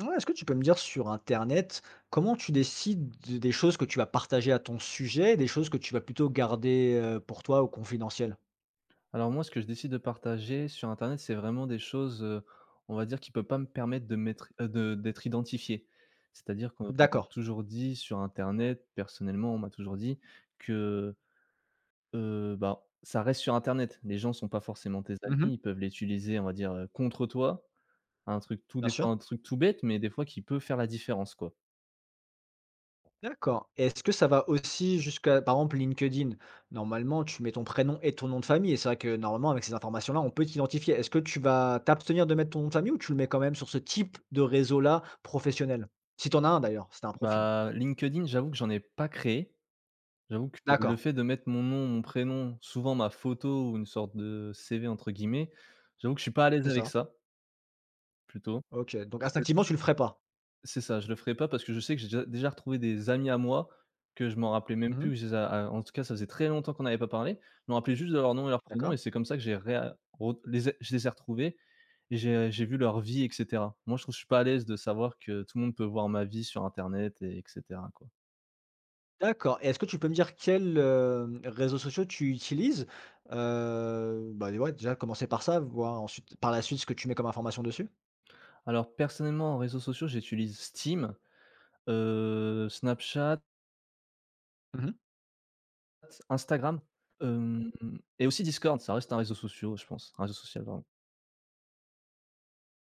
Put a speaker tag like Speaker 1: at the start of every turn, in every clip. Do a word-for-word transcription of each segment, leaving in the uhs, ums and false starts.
Speaker 1: Ouais, est-ce que tu peux me dire sur internet, comment tu décides de des choses que tu vas partager à ton sujet et des choses que tu vas plutôt garder, heu, pour toi ou confidentielles?
Speaker 2: Alors moi, ce que je décide de partager sur internet, c'est vraiment des choses, heu, on va dire, qui ne peuvent pas me permettre de m'être heu, de d'être identifié. C'est-à-dire qu'on m'a
Speaker 1: D'accord.
Speaker 2: toujours dit sur internet, personnellement, on m'a toujours dit que, heu, bah, ça reste sur internet. Les gens ne sont pas forcément tes
Speaker 1: Mmh.
Speaker 2: amis, ils peuvent l'utiliser, on va dire, heu, contre toi. Un truc tout
Speaker 1: Bien
Speaker 2: des fois,
Speaker 1: sûr.
Speaker 2: un truc tout bête, mais des fois qui peut faire la différence, quoi.
Speaker 1: D'accord. Est-ce que ça va aussi jusqu'à par exemple LinkedIn? Normalement, tu mets ton prénom et ton nom de famille et c'est vrai que normalement avec ces informations-là, on peut t'identifier. Est-ce que tu vas t'abstenir de mettre ton nom de famille ou tu le mets quand même sur ce type de réseau-là professionnel? Si t'en as un d'ailleurs, c'est un profil.
Speaker 2: Bah, LinkedIn, j'avoue que j'en ai pas créé. J'avoue que le
Speaker 1: D'accord,
Speaker 2: fait de mettre mon nom, mon prénom, souvent ma photo ou une sorte de «C V» entre guillemets, j'avoue que je suis pas à l'aise
Speaker 1: c'est
Speaker 2: avec
Speaker 1: ça.
Speaker 2: ça, plutôt.
Speaker 1: OK, donc
Speaker 2: Parce que je
Speaker 1: instinctivement
Speaker 2: sais
Speaker 1: tu le
Speaker 2: que
Speaker 1: ferais pas?
Speaker 2: c'est ça, je le ferai pas parce que je sais que j'ai déjà déjà retrouvé des amis à moi que je m'en rappelais même plus,
Speaker 1: Mmh.
Speaker 2: que je les a a en tout cas, ça faisait très longtemps qu'on n'avait pas parlé. Je me rappelais juste de leur nom et leur prénom et
Speaker 1: D'accord.
Speaker 2: c'est comme ça que j'ai réa re les ai je les ai retrouvés et j'ai j'ai vu leur vie et cetera. Moi, je trouve je suis pas à l'aise de savoir que tout le monde peut voir ma vie sur internet et et cetera, quoi.
Speaker 1: D'accord et est-ce que tu peux me dire quels, hem, réseaux sociaux tu utilises? Heu, bah, ouais, déjà commencer par ça, voir ensuite par la suite ce que tu mets comme information dessus?
Speaker 2: Alors personnellement, en réseaux sociaux, j'utilise Steam. Heu, Snapchat,
Speaker 1: Mmh.
Speaker 2: Instagram, hem et aussi Discord, ça reste un réseau social, je pense, un réseau social, pardon.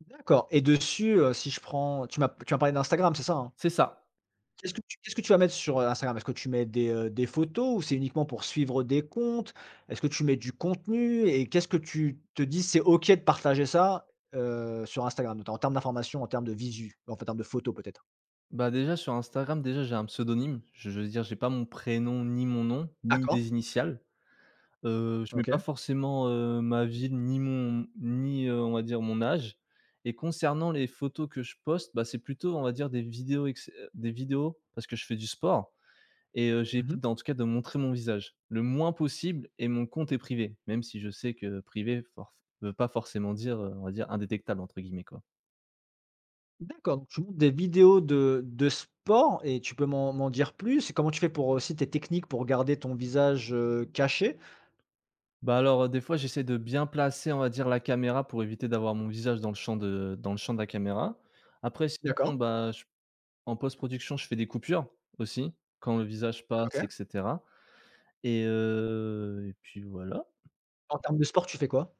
Speaker 1: D'accord et dessus, heu, si je prends tu m'as tu m'as parlé d'Instagram, c'est ça, hein?
Speaker 2: C'est ça.
Speaker 1: Qu'est-ce que tu qu'est-ce que tu vas mettre sur, heu, Instagram? Est-ce que tu mets des, heu, des photos ou c'est uniquement pour suivre des comptes? Est-ce que tu mets du contenu et qu'est-ce que tu te dis: «C'est OK de partager ça», heu, sur Instagram? Notamment en termes d'informations, en termes de visu, en fait, en termes de photos peut-être?
Speaker 2: Bah, déjà sur Instagram, déjà j'ai un pseudonyme, je je veux dire, j'ai pas mon prénom, ni mon nom, ni
Speaker 1: D'accord,
Speaker 2: des initiales. Heu, je mets pas
Speaker 1: OK.
Speaker 2: forcément, heu, ma ville, ni mon ni, heu, on va dire mon âge, et concernant les photos que je poste, bah, c'est plutôt, on va dire, des vidéos ex heu, des vidéos parce que je fais du sport. Et heu,
Speaker 1: Mhm.
Speaker 2: j'évite en tout cas de montrer mon visage, le moins possible, et mon compte est privé, même si je sais que privé forf veut pas forcément dire, heu, on va dire «indétectable» entre guillemets, quoi.
Speaker 1: D'accord, donc tu montes des vidéos de de sport et tu peux m'en m'en dire plus? Et comment tu fais pour aussi tes techniques pour garder ton visage, heu, caché?
Speaker 2: Bah, alors, heu, des fois j'essaie de bien placer, on va dire, la caméra pour éviter d'avoir mon visage dans le champ de dans le champ de la caméra. Après sinon,
Speaker 1: D'accord,
Speaker 2: bah, je en post-production, je fais des coupures aussi, quand le visage
Speaker 1: OK.
Speaker 2: passe et cetera, et heu et puis voilà.
Speaker 1: En termes de sport, tu fais quoi?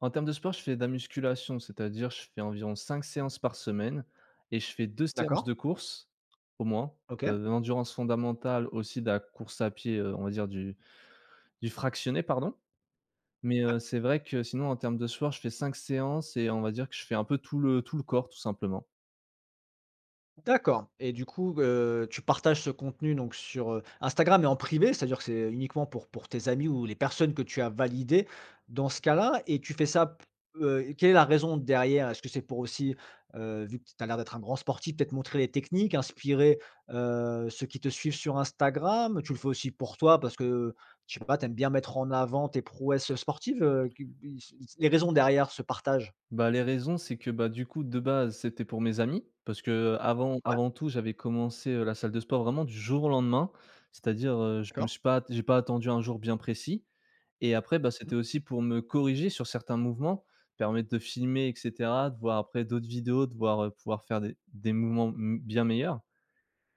Speaker 2: En termes de sport, je fais de la musculation, c'est-à-dire je fais environ cinq séances par semaine, et je fais deux séances
Speaker 1: D'accord,
Speaker 2: de course au moins,
Speaker 1: OK.
Speaker 2: de de l'endurance fondamentale, aussi de la course à pied, heu, on va dire du du fractionné, pardon. Mais,
Speaker 1: Ouais.
Speaker 2: heu, c'est vrai que sinon en termes de sport, je fais cinq séances, et on va dire que je fais un peu tout le tout le corps tout simplement.
Speaker 1: D'accord et du coup, heu, tu partages ce contenu donc sur, heu, Instagram mais en privé? C'est-à-dire que c'est uniquement pour pour tes amis ou les personnes que tu as validées dans ce cas-là et tu fais ça p heu, quelle est la raison derrière? Est-ce que c'est pour aussi, heu, vu que tu as l'air d'être un grand sportif, peut-être montrer les techniques, inspirer, heu, ceux qui te suivent sur Instagram? Tu le fais aussi pour toi parce que, je sais pas, tu aimes bien mettre en avant tes prouesses, sportives, heu, qui les raisons derrière ce partage?
Speaker 2: Bah, les raisons, c'est que, bah, du coup, de base, c'était pour mes amis parce qu'avant avant
Speaker 1: Ouais,
Speaker 2: avant tout, j'avais commencé, heu, la salle de sport vraiment du jour au lendemain, c'est-à-dire, heu, je me
Speaker 1: d'accord.
Speaker 2: suis pas j'ai pas attendu un jour bien précis. Et après, bah,
Speaker 1: Mmh.
Speaker 2: c'était aussi pour me corriger sur certains mouvements, permettre de filmer et cetera, de voir après d'autres vidéos, de voir, heu, pouvoir faire des des mouvements m bien meilleurs.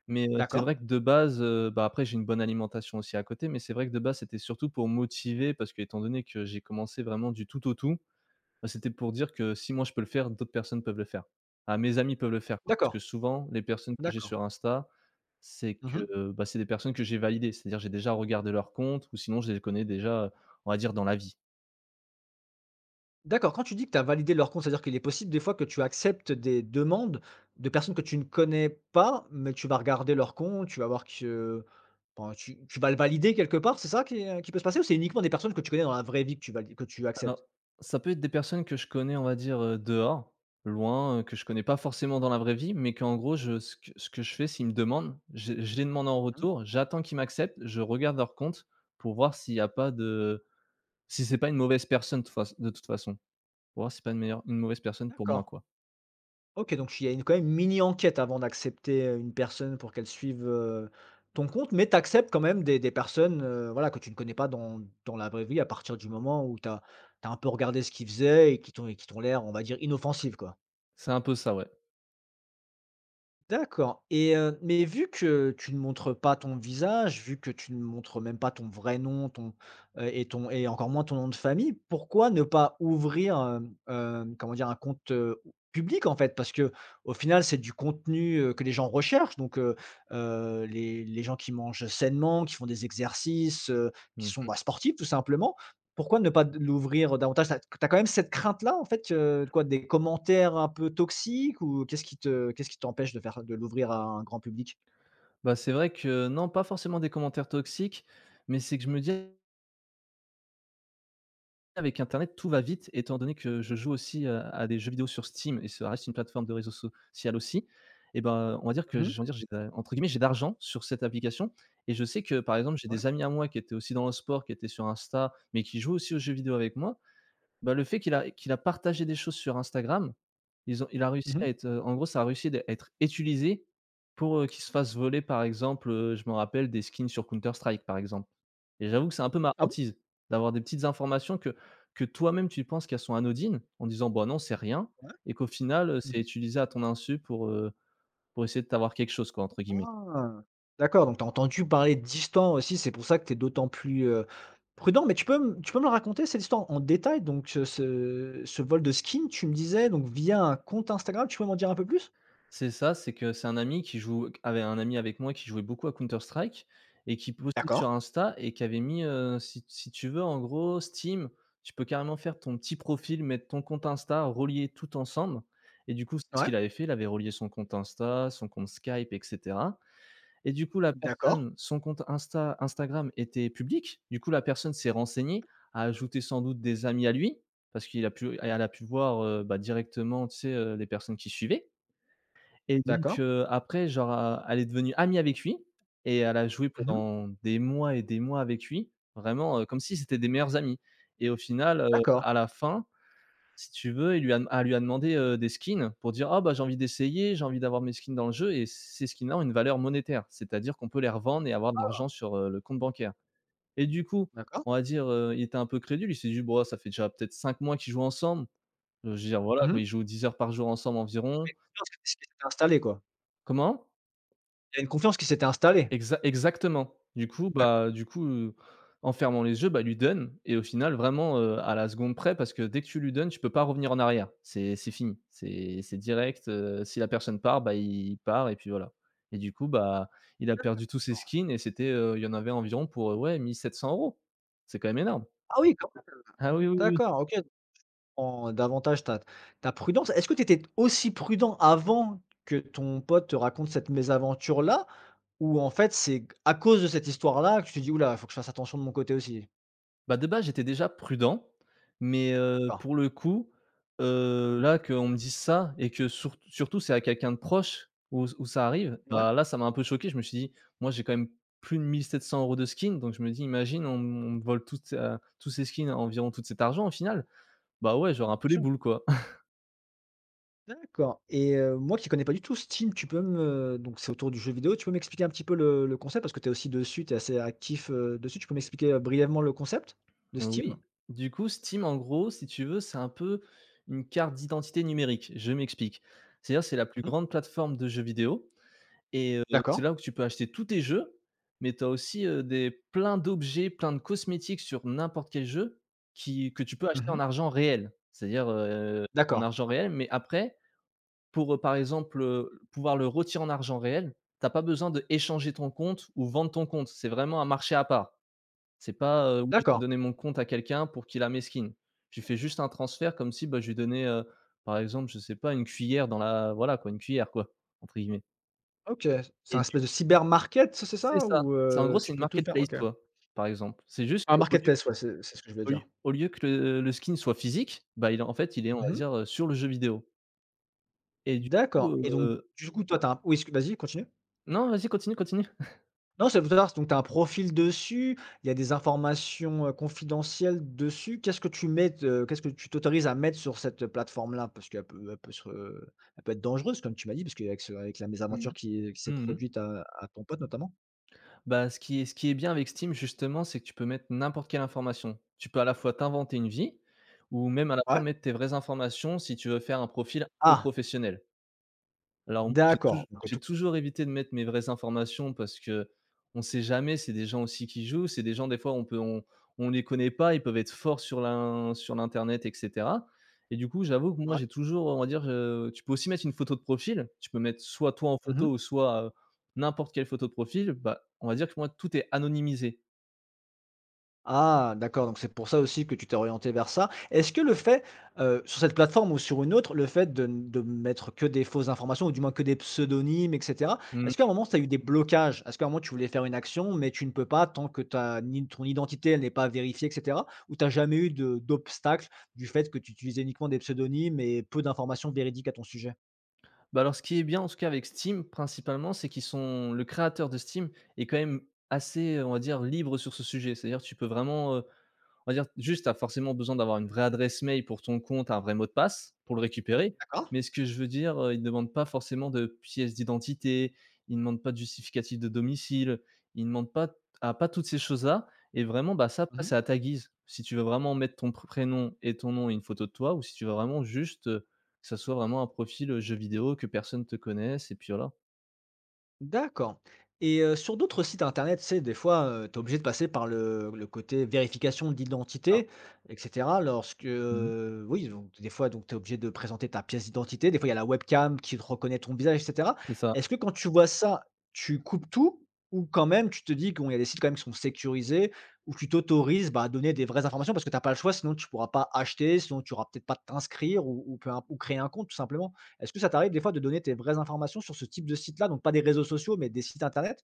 Speaker 2: Mais, heu, c'est
Speaker 1: D'accord,
Speaker 2: vrai que de base, heu, bah, après j'ai une bonne alimentation aussi à côté, mais c'est vrai que de base, c'était surtout pour motiver parce qu'étant donné que j'ai commencé vraiment du tout au tout, bah, c'était pour dire que si moi je peux le faire, d'autres personnes peuvent le faire. Ah, mes amis peuvent le faire, quoi, parce que
Speaker 1: d'accord,
Speaker 2: souvent les personnes que j'ai
Speaker 1: d'accord.
Speaker 2: sur Insta, c'est
Speaker 1: Mmh.
Speaker 2: que, bah, c'est des personnes que j'ai validées. C'est-à-dire j'ai déjà regardé leur compte ou sinon je les connais déjà, on va dire dans la vie.
Speaker 1: D'accord, quand tu dis que tu as validé leur compte, c'est-à-dire qu'il est possible des fois que tu acceptes des demandes de personnes que tu ne connais pas, mais tu vas regarder leur compte, tu vas voir que enfin, tu, tu vas le valider quelque part, c'est ça qui, est- qui peut se passer ou c'est uniquement des personnes que tu connais dans la vraie vie que tu vali- que tu
Speaker 2: Alors,
Speaker 1: acceptes?
Speaker 2: ça peut être des personnes que je connais, on va dire, heu, dehors, loin, heu, que je connais pas forcément dans la vraie vie, mais qu'en gros je ce que ce que je fais, s'ils me demandent, je je les demande en
Speaker 1: Hmm.
Speaker 2: retour, j'attends qu'ils m'acceptent, je regarde leur compte pour voir s'il y a pas de si c'est pas une mauvaise personne de faç de toute façon, pour voir si c'est pas une meilleure une mauvaise personne pour moi,
Speaker 1: D'accord.
Speaker 2: quoi.
Speaker 1: Ok, donc il y a une, quand même une mini-enquête avant d'accepter euh, une personne pour qu'elle suive euh, ton compte, mais tu acceptes quand même des, des personnes euh, voilà, que tu ne connais pas dans, dans la vraie vie à partir du moment où tu as, un peu regardé ce qu'ils faisaient et qui t'ont et qui t'ont l'air, on va dire, inoffensives, quoi.
Speaker 2: C'est un peu ça, ouais.
Speaker 1: D'accord et heu, mais vu que tu ne montres pas ton visage, vu que tu ne montres même pas ton vrai nom, ton, heu et ton et encore moins ton nom de famille, pourquoi ne pas ouvrir, hem, hem, comment dire? Un compte, heu, public, en fait? Parce que au final, c'est du contenu, heu, que les gens recherchent donc heu, heu, les les gens qui mangent sainement, qui font des exercices, heu, qui
Speaker 2: Mmh.
Speaker 1: sont, bah, sportifs tout simplement. Pourquoi ne pas d l'ouvrir davantage? T'as as quand même cette crainte-là, en fait, que quoi? Des commentaires un peu toxiques ou qu'est-ce qui te qu'est-ce qui t'empêche de faire de l'ouvrir à un grand public?
Speaker 2: Bah, c'est vrai que non, pas forcément des commentaires toxiques, mais c'est que je me dis avec internet, tout va vite étant donné que je joue aussi, heu, à des jeux vidéo sur Steam, et ça reste une plateforme de réseau social aussi, et ben, on va dire que
Speaker 1: Mmh.
Speaker 2: j'ai on va dire j'ai de entre guillemets «j'ai d'argent sur cette application», et je sais que, par exemple, j'ai
Speaker 1: Ouais,
Speaker 2: des amis à moi qui étaient aussi dans le sport, qui étaient sur Insta, mais qui jouent aussi aux jeux vidéo avec moi. Bah, le fait qu'il
Speaker 1: ouais.
Speaker 2: a qu'il a partagé des choses sur Instagram, ils ont il a réussi
Speaker 1: Mmh.
Speaker 2: à être, heu, en gros, ça a réussi à être utilisé pour, heu, qu'ils se fasse voler, par exemple, heu, je me rappelle des skins sur Counter Strike, par exemple. Et j'avoue que c'est un peu ma
Speaker 1: Ah bon?
Speaker 2: hantise d'avoir des petites informations que que toi-même tu penses qu'elles sont anodines, en disant: «Bah, non, c'est rien»,
Speaker 1: Ouais.
Speaker 2: et qu'au final, heu, c'est
Speaker 1: Mmh.
Speaker 2: utilisé à ton insu pour, heu, pour essayer de t'avoir quelque chose quoi, entre guillemets.
Speaker 1: Ah! D'accord, donc tu as entendu parler d'histoire aussi, c'est pour ça que tu es d'autant plus, heu, prudent. Mais tu peux me tu peux me le raconter cette histoire en détail? Donc, heu, ce ce vol de skin, tu me disais, donc via un compte Instagram, tu peux m'en dire un peu plus?
Speaker 2: C'est ça, c'est que c'est un ami qui joue avait un ami avec moi qui jouait beaucoup à Counter Strike, et qui postait sur
Speaker 1: D'accord,
Speaker 2: Insta, et qui avait mis, heu, si si tu veux, en gros, Steam, tu peux carrément faire ton petit profil, mettre ton compte Insta, relier tout ensemble, et du coup, c'est ce
Speaker 1: ouais,
Speaker 2: qu'il avait fait, il avait relié son compte Insta, son compte Skype, etc. Et du coup, la
Speaker 1: d'accord,
Speaker 2: personne, son compte Insta Instagram était public. Du coup, la personne s'est renseignée, a ajouté sans doute des amis à lui, parce qu'il a pu elle a pu voir, heu, bah, directement, tu sais, heu, les personnes qui suivaient. Et donc,
Speaker 1: d'accord,
Speaker 2: heu, après, genre, a elle est devenue amie avec lui, et elle a joué
Speaker 1: mmh,
Speaker 2: pendant des mois et des mois avec lui, vraiment, heu, comme si c'était des meilleurs amis. Et au final, heu,
Speaker 1: d'accord.
Speaker 2: à la fin si tu veux, il lui a elle lui a demandé, heu, des skins pour dire: «Ah bah, j'ai envie d'essayer, j'ai envie d'avoir mes skins dans le jeu», et ces skins-là ont une valeur monétaire, c'est-à-dire qu'on peut les revendre et avoir de l'argent sur, heu, le compte bancaire. Et du coup,
Speaker 1: D'accord.
Speaker 2: on va dire, heu, il était un peu crédule, il s'est dit: «Bah, ça fait déjà peut-être cinq mois qu'ils jouent ensemble», heu, je veux dire voilà quoi,
Speaker 1: Mmh,
Speaker 2: ils jouent dix heures par jour ensemble environ.
Speaker 1: confiance qui s'était installée, quoi?
Speaker 2: Comment?
Speaker 1: Il y a une confiance qui s'était installée?
Speaker 2: Exa exactement. Du coup,
Speaker 1: D'accord.
Speaker 2: bah, du coup, heu, en fermant les yeux, bah, lui donne, et au final vraiment, heu, à la seconde près parce que dès que tu lui donnes, tu peux pas revenir en arrière. C'est c'est fini. C'est c'est direct, heu, si la personne part, bah, il part, et puis voilà. Et du coup, bah, il a perdu tous ses skins, et c'était, heu, il y en avait environ pour, heu, ouais, mille sept cents euros. C'est quand même énorme.
Speaker 1: Ah oui, quand même.
Speaker 2: Ah oui, oui, oui.
Speaker 1: D'accord, OK, en davantage ta ta prudence. Est-ce que tu étais aussi prudent avant que ton pote te raconte cette mésaventure-là? Ou en fait, c'est g à cause de cette histoire-là que tu t'es dit: «Ouh là, faut que je fasse attention de mon côté aussi»?
Speaker 2: Bah, de base, j'étais déjà prudent, mais heu,
Speaker 1: D'accord.
Speaker 2: pour le coup, heu, là, qu'on me dise ça et que surt surtout c'est à quelqu'un de proche où où ça arrive,
Speaker 1: Ouais,
Speaker 2: bah, là, ça m'a un peu choqué. Je me suis dit: «Moi, j'ai quand même plus de mille sept cents euros de skins», donc je me dis: «Imagine, on on me vole toutes, heu, tous ces skins, environ tout cet argent au final». Bah, ouais, j'aurais un peu
Speaker 1: bien
Speaker 2: les
Speaker 1: sûr.
Speaker 2: boules, quoi.
Speaker 1: D'accord et heu, moi qui connais pas du tout Steam, tu peux me donc c'est autour du jeu vidéo, tu peux m'expliquer un petit peu le le concept? Parce que tu es aussi dessus, tu es assez actif, heu, dessus. Tu peux m'expliquer, heu, brièvement le concept de
Speaker 2: Oui,
Speaker 1: Steam?
Speaker 2: du coup, Steam, en gros, si tu veux, c'est un peu une carte d'identité numérique. Je m'explique. C'est-à-dire, c'est la plus
Speaker 1: Mmh.
Speaker 2: grande plateforme de jeux vidéo. Et heu, c'est
Speaker 1: D'accord.
Speaker 2: là où tu peux acheter tous tes jeux, mais tu as aussi, heu, des plein d'objets, plein de cosmétiques sur n'importe quel jeu qui que tu peux acheter en
Speaker 1: Mmh.
Speaker 2: argent réel. C'est-à-dire, heu, en
Speaker 1: D'accord,
Speaker 2: argent réel, mais après pour, heu, par exemple, heu, pouvoir le retirer en argent réel, t'as pas besoin de échanger ton compte ou vendre ton compte. C'est vraiment un marché à part. C'est pas, heu: «Oui, je dois
Speaker 1: d'accord.
Speaker 2: donner mon compte à quelqu'un pour qu'il a mes skins». Tu fais juste un transfert comme si, bah, je lui donnais, heu, par exemple, je sais pas, une cuillère dans la voilà quoi, une cuillère quoi, entre guillemets.
Speaker 1: OK, c'est un
Speaker 2: Et
Speaker 1: espèce de cybermarket, market, c'est
Speaker 2: C'est
Speaker 1: ça?
Speaker 2: ça.
Speaker 1: Ou,
Speaker 2: C'est en gros,
Speaker 1: heu,
Speaker 2: c'est
Speaker 1: tu
Speaker 2: une
Speaker 1: peux tout faire?
Speaker 2: marketplace,
Speaker 1: OK.
Speaker 2: quoi, par exemple. C'est juste
Speaker 1: Un
Speaker 2: qu'au lieu
Speaker 1: marketplace,
Speaker 2: que
Speaker 1: ouais, c'est c'est ce que je voulais
Speaker 2: au lieu
Speaker 1: dire.
Speaker 2: au lieu que le le skin soit physique, bah, il est en fait, il est, on va
Speaker 1: Mmh.
Speaker 2: dire, heu, sur le jeu vidéo et du coup,
Speaker 1: D'accord et donc
Speaker 2: heu
Speaker 1: du coup, toi, t'as un oui, excu vas-y, continue.
Speaker 2: non, vas-y, continue, continue.
Speaker 1: Non, c'est ça donc tu as un profil dessus, il y a des informations, heu, confidentielles dessus. Qu'est-ce que tu mets de qu'est-ce que tu t'autorises à mettre sur cette plateforme-là? Parce qu'elle peut elle peut se elle peut être dangereuse comme tu m'as dit, parce qu'avec ce avec la
Speaker 2: Mmh mh.
Speaker 1: mésaventure qui qui s'est
Speaker 2: Mmh.
Speaker 1: produite à à ton pote notamment.
Speaker 2: Bah, ce qui est ce qui est bien avec Steam justement, c'est que tu peux mettre n'importe quelle information. Tu peux à la fois t'inventer une vie ou même à la fois
Speaker 1: Ouais?
Speaker 2: mettre tes vraies informations si tu veux faire un profil un peu
Speaker 1: Ah!
Speaker 2: professionnel. Alors m j'ai touj
Speaker 1: D'accord, donc
Speaker 2: j'ai
Speaker 1: tout
Speaker 2: toujours évité de mettre mes vraies informations parce que qu'on sait jamais, c'est des gens aussi qui jouent, c'est des gens des fois on peut on on les connaît pas, ils peuvent être forts sur l'in sur l'internet et cetera et du coup, j'avoue que moi
Speaker 1: ouais.
Speaker 2: j'ai toujours, on va dire, heu, tu peux aussi mettre une photo de profil, tu peux mettre soit toi en photo
Speaker 1: Mmh.
Speaker 2: ou soit, heu, n'importe quelle photo de profil, bah, on va dire que moi tout est anonymisé.
Speaker 1: Ah d'accord, donc c'est pour ça aussi que tu t'es orienté vers ça. Est-ce que le fait, heu, sur cette plateforme ou sur une autre, le fait de de mettre que des fausses informations ou du moins que des pseudonymes et cetera,
Speaker 2: Mmh.
Speaker 1: est-ce qu'à un moment tu as eu des blocages? Est-ce qu'à un moment tu voulais faire une action, mais tu ne peux pas tant que ta ni ton identité elle n'est pas vérifiée et cetera? Ou tu as jamais eu de d'obstacle du fait que tu utilisais uniquement des pseudonymes et peu d'informations véridiques à ton sujet?
Speaker 2: Bah, alors ce qui est bien en tout cas avec Steam principalement, c'est qu'ils sont le créateur de Steam est quand même assez, on va dire libre sur ce sujet. C'est-à-dire tu peux vraiment, heu, on va dire juste, tu as forcément besoin d'avoir une vraie adresse mail pour ton compte, un vrai mot de passe pour le récupérer.
Speaker 1: D'accord.
Speaker 2: Mais ce que je veux dire, euh, ils ne demandent pas forcément de pièce d'identité, ils ne demandent pas de justificatif de domicile, ils ne demandent pas, ah, pas toutes ces choses-là. Et vraiment, bah, ça, après,
Speaker 1: Mmh.
Speaker 2: c'est à ta guise. Si tu veux vraiment mettre ton pr- prénom et ton nom et une photo de toi, ou si tu veux vraiment juste euh, que ça soit vraiment un profil euh, jeu vidéo, que personne te connaisse, et puis voilà.
Speaker 1: D'accord et heu, sur d'autres sites internet, tu sais, des fois, heu, tu es obligé de passer par le le côté vérification
Speaker 2: Ah,
Speaker 1: d'identité et cetera lorsque,
Speaker 2: mhm,
Speaker 1: heu, oui, donc des fois, donc tu es obligé de présenter ta pièce d'identité. Des fois, il y a la webcam qui te reconnaît ton visage et cetera.
Speaker 2: c'est ça.
Speaker 1: Est-ce que quand tu vois ça, tu coupes tout ou quand même tu te dis qu'il y a des sites quand même qui sont sécurisés où tu t'autorises, bah, à donner des vraies informations parce que tu as pas le choix, sinon tu pourras pas acheter, sinon tu auras peut-être pas t'inscrire ou ou peu im ou créer un compte tout simplement? Est-ce que ça t'arrive des fois de donner tes vraies informations sur ce type de site-là? Donc pas des réseaux sociaux, mais des sites internet?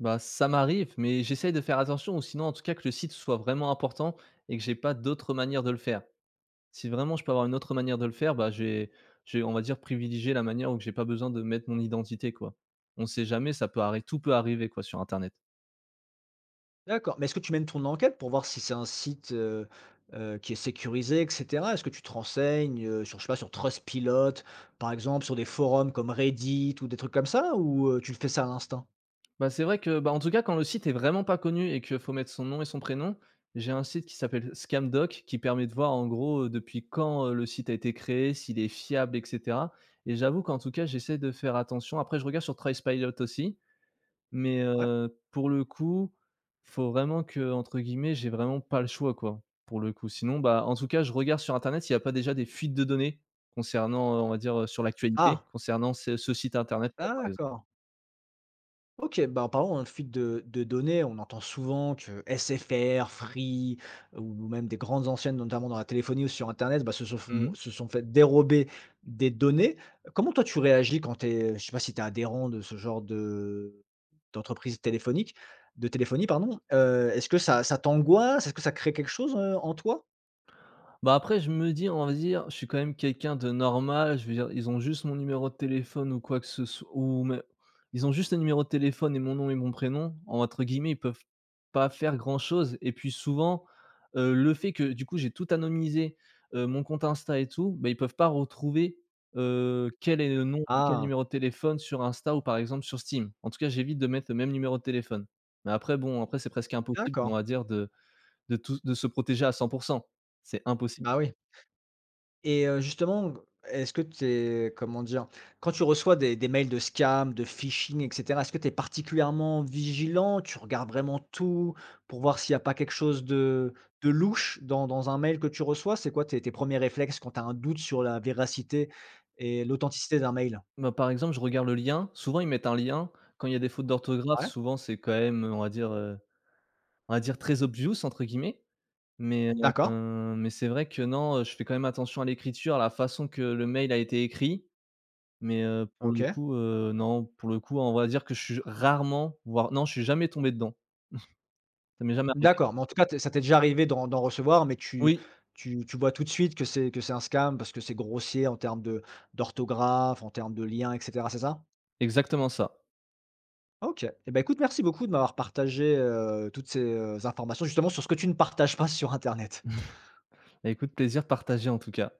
Speaker 2: Bah, ça m'arrive, mais j'essaye de faire attention ou sinon, en tout cas, que le site soit vraiment important et que j'ai pas d'autre manière de le faire. Si vraiment je peux avoir une autre manière de le faire, bah, j'ai j'ai on va dire, privilégier la manière où j'ai pas besoin de mettre mon identité, quoi. On sait jamais, ça peut arri tout peut arriver, quoi, sur internet.
Speaker 1: D'accord, mais est-ce que tu mènes ton enquête pour voir si c'est un site, heu heu, qui est sécurisé et cetera? Est-ce que tu te renseignes, heu, sur, je sais pas, sur Trustpilot, par exemple, sur des forums comme Reddit ou des trucs comme ça? Ou, heu, tu le fais ça à l'instinct?
Speaker 2: Bah, c'est vrai que, bah, en tout cas, quand le site est vraiment pas connu et que faut mettre son nom et son prénom, j'ai un site qui s'appelle Scamdoc qui permet de voir, en gros, heu, depuis quand, heu, le site a été créé, s'il est fiable et cetera et j'avoue qu'en tout cas, j'essaie de faire attention. Après je regarde sur Trustpilot aussi. Mais
Speaker 1: Ouais.
Speaker 2: heu, pour le coup, faut vraiment que entre guillemets, j'ai vraiment pas le choix, quoi, pour le coup. Sinon, bah, en tout cas, je regarde sur internet s'il y a pas déjà des fuites de données concernant, heu, on va dire, heu, sur l'actualité,
Speaker 1: Ah!
Speaker 2: concernant ce ce site internet-là, par exemple.
Speaker 1: D'accord. OK, bah, en parlant, hein, de fuite de de données, on entend souvent que S F R, Free ou même des grandes anciennes, notamment dans la téléphonie ou sur internet, bah, se se font
Speaker 2: Mmh.
Speaker 1: se sont fait dérober des données. Comment toi tu réagis quand tu es, je sais pas si tu es adhérent de ce genre de d'entreprise téléphonique de téléphonie pardon, heu, est-ce que ça ça t'angoisse? Est-ce que ça crée quelque chose, heu, en toi?
Speaker 2: Bah, après, je me dis, on va dire, je suis quand même quelqu'un de normal. Je veux dire, ils ont juste mon numéro de téléphone ou quoi que ce soit ou mais ils ont juste le numéro de téléphone et mon nom et mon prénom. En, Entre guillemets, ils peuvent pas faire grand-chose et puis souvent, heu, le fait que, du coup, j'ai tout anonymisé, heu, mon compte Insta et tout, bah, ils peuvent pas retrouver, heu, quel est le nom quel
Speaker 1: Ah,
Speaker 2: numéro de téléphone sur Insta ou par exemple sur Steam. En tout cas, j'évite de mettre le même numéro de téléphone. Mais après, bon, après c'est presque impossible, on
Speaker 1: d'accord.
Speaker 2: va dire, de de tout de se protéger à cent pour cent. C'est impossible.
Speaker 1: Bah, oui. Et heu, justement, est-ce que tu es comment dire? Quand tu reçois des des mails de scam, de phishing, et cetera, est-ce que tu es particulièrement vigilant? Tu regardes vraiment tout pour voir s'il n'y a pas quelque chose de de louche dans dans un mail que tu reçois? C'est quoi tes tes premiers réflexes quand tu as un doute sur la véracité et l'authenticité d'un mail?
Speaker 2: Bah, par exemple, je regarde le lien. Souvent, ils mettent un lien. Quand il y a des fautes d'orthographe,
Speaker 1: Ouais,
Speaker 2: souvent, c'est quand même, on va dire, heu, on va dire «très obvious» entre guillemets. Mais,
Speaker 1: d'accord,
Speaker 2: heu, mais c'est vrai que non, heu, je fais quand même attention à l'écriture, à la façon que le mail a été écrit. Mais, heu, pour le
Speaker 1: OK.
Speaker 2: coup, heu, non, pour le coup, on va dire que je suis rarement, voire non, je suis jamais tombé dedans. Ça m'est jamais arrivé.
Speaker 1: D'accord, mais en tout cas, t ça t'est déjà arrivé d'en d'en recevoir, mais tu
Speaker 2: Oui,
Speaker 1: tu tu vois tout de suite que c'est que c'est un scam parce que c'est grossier en termes de d'orthographe, en termes de liens, et cetera, c'est ça?
Speaker 2: exactement ça.
Speaker 1: OK. Eh ben, écoute, merci beaucoup de m'avoir partagé, heu, toutes ces, heu, informations justement sur ce que tu ne partages pas sur internet.
Speaker 2: Bah, écoute, plaisir partagé en tout cas.